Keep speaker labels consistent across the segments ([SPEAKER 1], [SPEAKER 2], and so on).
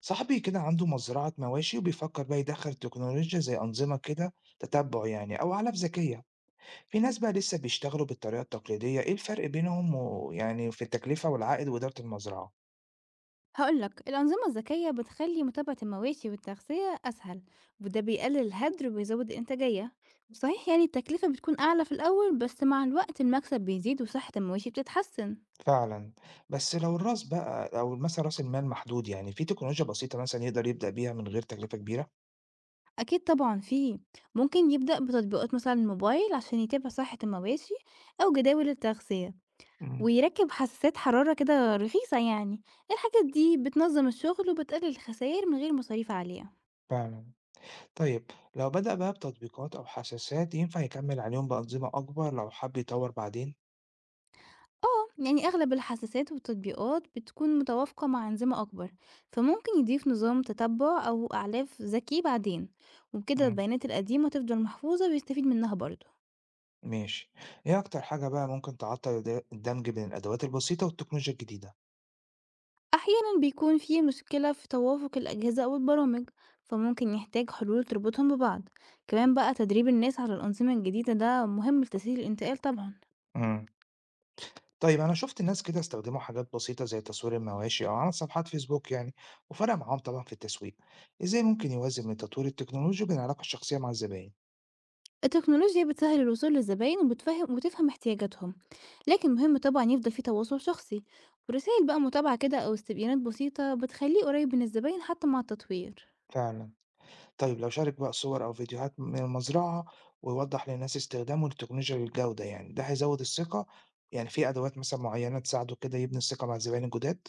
[SPEAKER 1] صاحبي كده عنده مزرعة مواشي وبيفكر بقى يدخل تكنولوجيا زي أنظمة كده تتبع يعني أو علف ذكية. في ناس بقى لسه بيشتغلوا بالطريقة التقليدية، إيه الفرق بينهم ويعني في التكلفة والعائد وإدارة المزرعة؟
[SPEAKER 2] هقول لك الأنظمة الذكية بتخلي متابعة المواشي والتغذية أسهل، وده بيقلل الهدر وبيزود الإنتاجية. صحيح يعني التكلفة بتكون أعلى في الأول، بس مع الوقت المكسب بيزيد وصحة المواشي بتتحسن.
[SPEAKER 1] فعلا. بس لو الراس بقى لو مثلا رأس المال محدود يعني، في تكنولوجيا بسيطة مثلا يقدر يبدأ بيها من غير تكلفة كبيرة؟
[SPEAKER 2] أكيد طبعا فيه. ممكن يبدأ بتطبيقات مثلا الموبايل عشان يتابع صحة المواشي أو جداول التغذية،
[SPEAKER 1] مم.
[SPEAKER 2] ويركّب حساسات حرارة كده رخيصة يعني، الحاجات دي بتنظّم الشغل وبتقلل الخساير من غير مصاريف عالية.
[SPEAKER 1] فعلا. طيب لو بدأ بقى بتطبيقات أو حساسات، ينفع يكمل عليهم بأنظمة أكبر لو حب يطور بعدين؟
[SPEAKER 2] آه، يعني أغلب الحساسات والتطبيقات بتكون متوافقة مع أنظمة أكبر، فممكن يضيف نظام تتبع أو إعلاف ذكي بعدين، وبكده
[SPEAKER 1] مم.
[SPEAKER 2] البيانات القديمة تفضل محفوظة ويستفيد منها برضه.
[SPEAKER 1] ماشي. إيه أكتر حاجة بقى ممكن تعطّل الدمج بين الأدوات البسيطة والتكنولوجيا الجديدة؟
[SPEAKER 2] أحيانًا بيكون في مشكلة في توافق الأجهزة أو البرامج، فممكن يحتاج حلول تربطهم ببعض. كمان بقى تدريب الناس على الأنظمة الجديدة ده مهم لتسهيل الانتقال طبعًا.
[SPEAKER 1] إمم. طيب أنا شُفت ناس كده استخدموا حاجات بسيطة زي تصوير المواشي أو عمل صفحات فيسبوك يعني، وفرق معاهم طبعًا في التسويق. إزاي ممكن يوازن بين تطوير التكنولوجيا وبين العلاقة الشخصية مع الزباين؟
[SPEAKER 2] التكنولوجيا بتسهل الوصول للزباين وتفهم احتياجاتهم، لكن مهم طبعا يفضل في تواصل شخصي، ورسائل بقى متابعة كده أو استبيانات بسيطة بتخليه قريب من الزباين حتى مع التطوير.
[SPEAKER 1] فعلًا. طيب لو شارك بقى صور أو فيديوهات من المزرعة ويوضّح للناس استخدامه للتكنولوجيا للجودة يعني، ده هيزوّد الثقة؟ يعني في أدوات مثلًا معيّنة تساعده كده يبني الثقة مع الزباين الجداد؟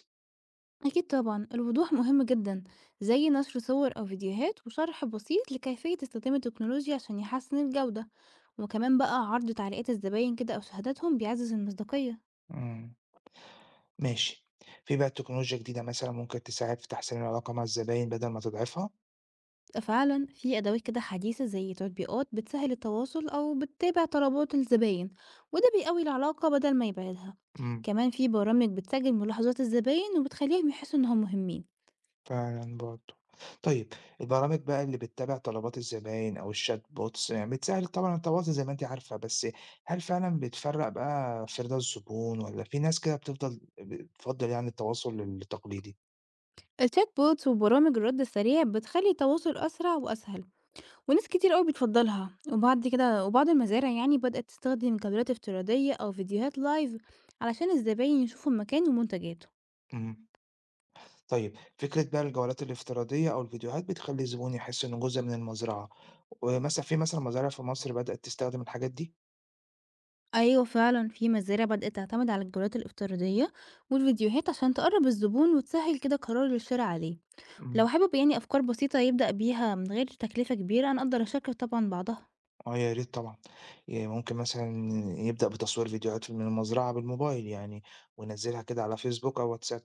[SPEAKER 2] أكيد طبعا الوضوح مهم جدا، زي نشر صور أو فيديوهات وشرح بسيط لكيفية استخدام التكنولوجيا عشان يحسن الجودة، وكمان بقى عرض تعليقات الزباين كده أو شهاداتهم بيعزز المصداقية.
[SPEAKER 1] إمم. ماشي. في بقى تكنولوجيا جديدة مثلًا ممكن تساعد في تحسين العلاقة مع الزباين بدل ما تضعفها؟
[SPEAKER 2] فعلا في أدوات كده حديثة زي تطبيقات بتسهل التواصل أو بتتابع طلبات الزباين، وده بيقوي العلاقة بدل ما يبعدها.
[SPEAKER 1] إمم،
[SPEAKER 2] كمان في برامج بتسجل ملاحظات الزباين وبتخليهم يحسوا إنهم مهمين.
[SPEAKER 1] فعلًا برضه. طيب البرامج بقى اللي بتتابع طلبات الزباين أو الchat bots يعني بتسهِّل طبعًا التواصل زي ما أنتِ عارفة، بس هل فعلًا بتفرّق بقى في رضا الزبون والّا في ناس كده بتفضّل يعني التواصل التقليدي؟
[SPEAKER 2] الشات بوتس وبرامج الرد السريع بتخلي التواصل أسرع وأسهل، وناس كتير قوي بتفضلها. وبعد كده وبعض المزارع يعني بدأت تستخدم كاميرات افتراضية أو فيديوهات لايف علشان الزباين يشوفوا المكان ومنتجاته.
[SPEAKER 1] إمم. طيب فكرة بقى الجولات الافتراضية أو الفيديوهات بتخلّي الزبون يحس إنه جزء من المزرعة، ومثلًا في مزارع في مصر بدأت تستخدم الحاجات دي؟
[SPEAKER 2] أيوة فعلا في مزارع بدأت تعتمد على الجولات الافتراضية والفيديوهات عشان تقرب الزبون وتسهل كده قرار الشراء عليه.
[SPEAKER 1] إمم.
[SPEAKER 2] لو حابب يعني أفكار بسيطة يبدأ بيها من غير تكلفة كبيرة، أنا أقدر أشاركك طبعا بعضها.
[SPEAKER 1] آه، يا ريت طبعًا، ممكن مثلًا يبدأ بتصوير فيديوهات من المزرعة بالموبايل يعني، وينزّلها كده على فيسبوك أو واتساب،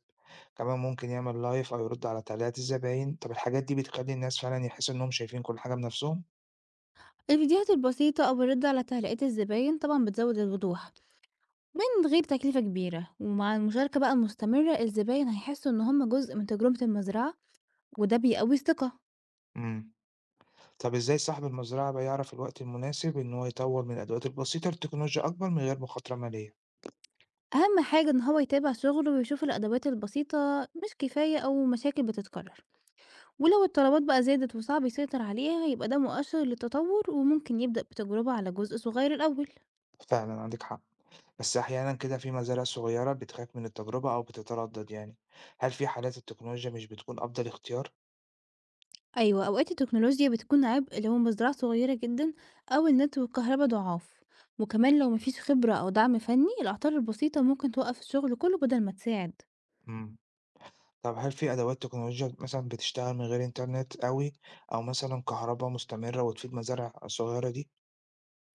[SPEAKER 1] كمان ممكن يعمل لايف أو يرد على تعليقات الزباين، طب الحاجات دي بتخلّي الناس فعلًا يحسّوا إنّهم شايفين كل حاجة بنفسهم؟
[SPEAKER 2] الفيديوهات البسيطة أو الرد على تعليقات الزباين طبعا بتزود الوضوح من غير تكلفة كبيرة، ومع المشاركة بقى المستمرة الزباين هيحسوا إن هم جزء من تجربة المزرعة، وده بيقوي الثقة.
[SPEAKER 1] إمم، طب إزاي صاحب المزرعة بقى يعرف الوقت المناسب إن هو يطوّر من الأدوات البسيطة لتكنولوجيا أكبر من غير مخاطرة مالية؟
[SPEAKER 2] أهم حاجة إن هو يتابع شغله ويشوف الأدوات البسيطة مش كفاية أو مشاكل بتتكرر، ولو الطلبات بقى زادت وصعب يسيطر عليها يبقى ده مؤشر للتطور، وممكن يبدأ بتجربة على جزء صغير الأول.
[SPEAKER 1] فعلًا عندِك حق، بس أحيانًا كده في مزارع صغيرة بتخاف من التجربة أو بتتردد يعني، هل في حالات التكنولوجيا مش بتكون أفضل اختيار؟
[SPEAKER 2] أيوة أوقات التكنولوجيا بتكون عبء لو المزرعة صغيرة جدا، أو النت والكهرباء ضعاف، وكمان لو مفيش خبرة أو دعم فني الأعطال البسيطة ممكن توقف الشغل كله بدل ما تساعد.
[SPEAKER 1] إمم. طب هل في أدوات تكنولوجيا مثلًا بتشتغل من غير إنترنت أوي، أو مثلًا كهربا مستمرة وتفيد مزارع صغيرة دي؟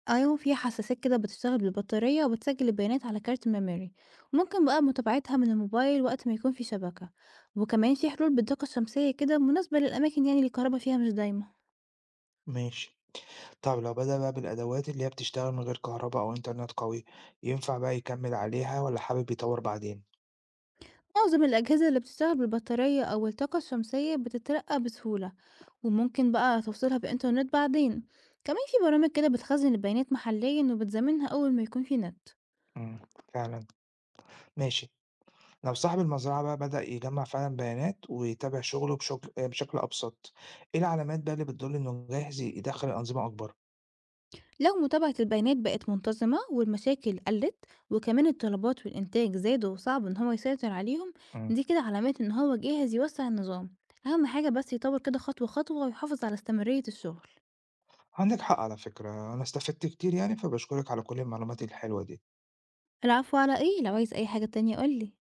[SPEAKER 2] أيوة في حساسات كده بتشتغل بالبطارية وبتسجل البيانات على كارت ميموري، وممكن بقى متابعتها من الموبايل وقت ما يكون في شبكة، وكمان في حلول بالطاقة الشمسية كده مناسبة للأماكن يعني اللي الكهرباء فيها مش دايمة.
[SPEAKER 1] ماشي، طب لو بدأ بقى بالأدوات اللي هي بتشتغل من غير كهربا أو إنترنت قوي، ينفع بقى يكمل عليها والّا حابب يطور بعدين؟
[SPEAKER 2] معظم الأجهزة اللي بتشتغل بالبطارية أو الطاقة الشمسية بتترقى بسهولة، وممكن بقى توصلها بإنترنت بعدين، كمان في برامج كده بتخزن البيانات محليا وبتزمنها أول ما يكون في نت.
[SPEAKER 1] إمم، فعلًا، ماشي، لو صاحب المزرعة بقى بدأ يجمع فعلًا بيانات ويتابع شغله بشكل بشكل أبسط، إيه العلامات بقى اللي بتدل إنه جاهز يدخّل الأنظمة أكبر؟
[SPEAKER 2] لو متابعة البيانات بقت منتظمة والمشاكل قلت وكمان الطلبات والإنتاج زادوا وصعب إن هو يسيطر عليهم،
[SPEAKER 1] إمم،
[SPEAKER 2] دي كده علامات إن هو جاهز يوسع النظام. أهم حاجة بس يطور كده خطوة خطوة ويحافظ على استمرارية الشغل.
[SPEAKER 1] عندك حق على فكرة، أنا استفدت كتير يعني، فباشكرك على كل المعلومات الحلوة دي.
[SPEAKER 2] العفو، على إيه؟ لو عايز أي حاجة تانية قولي.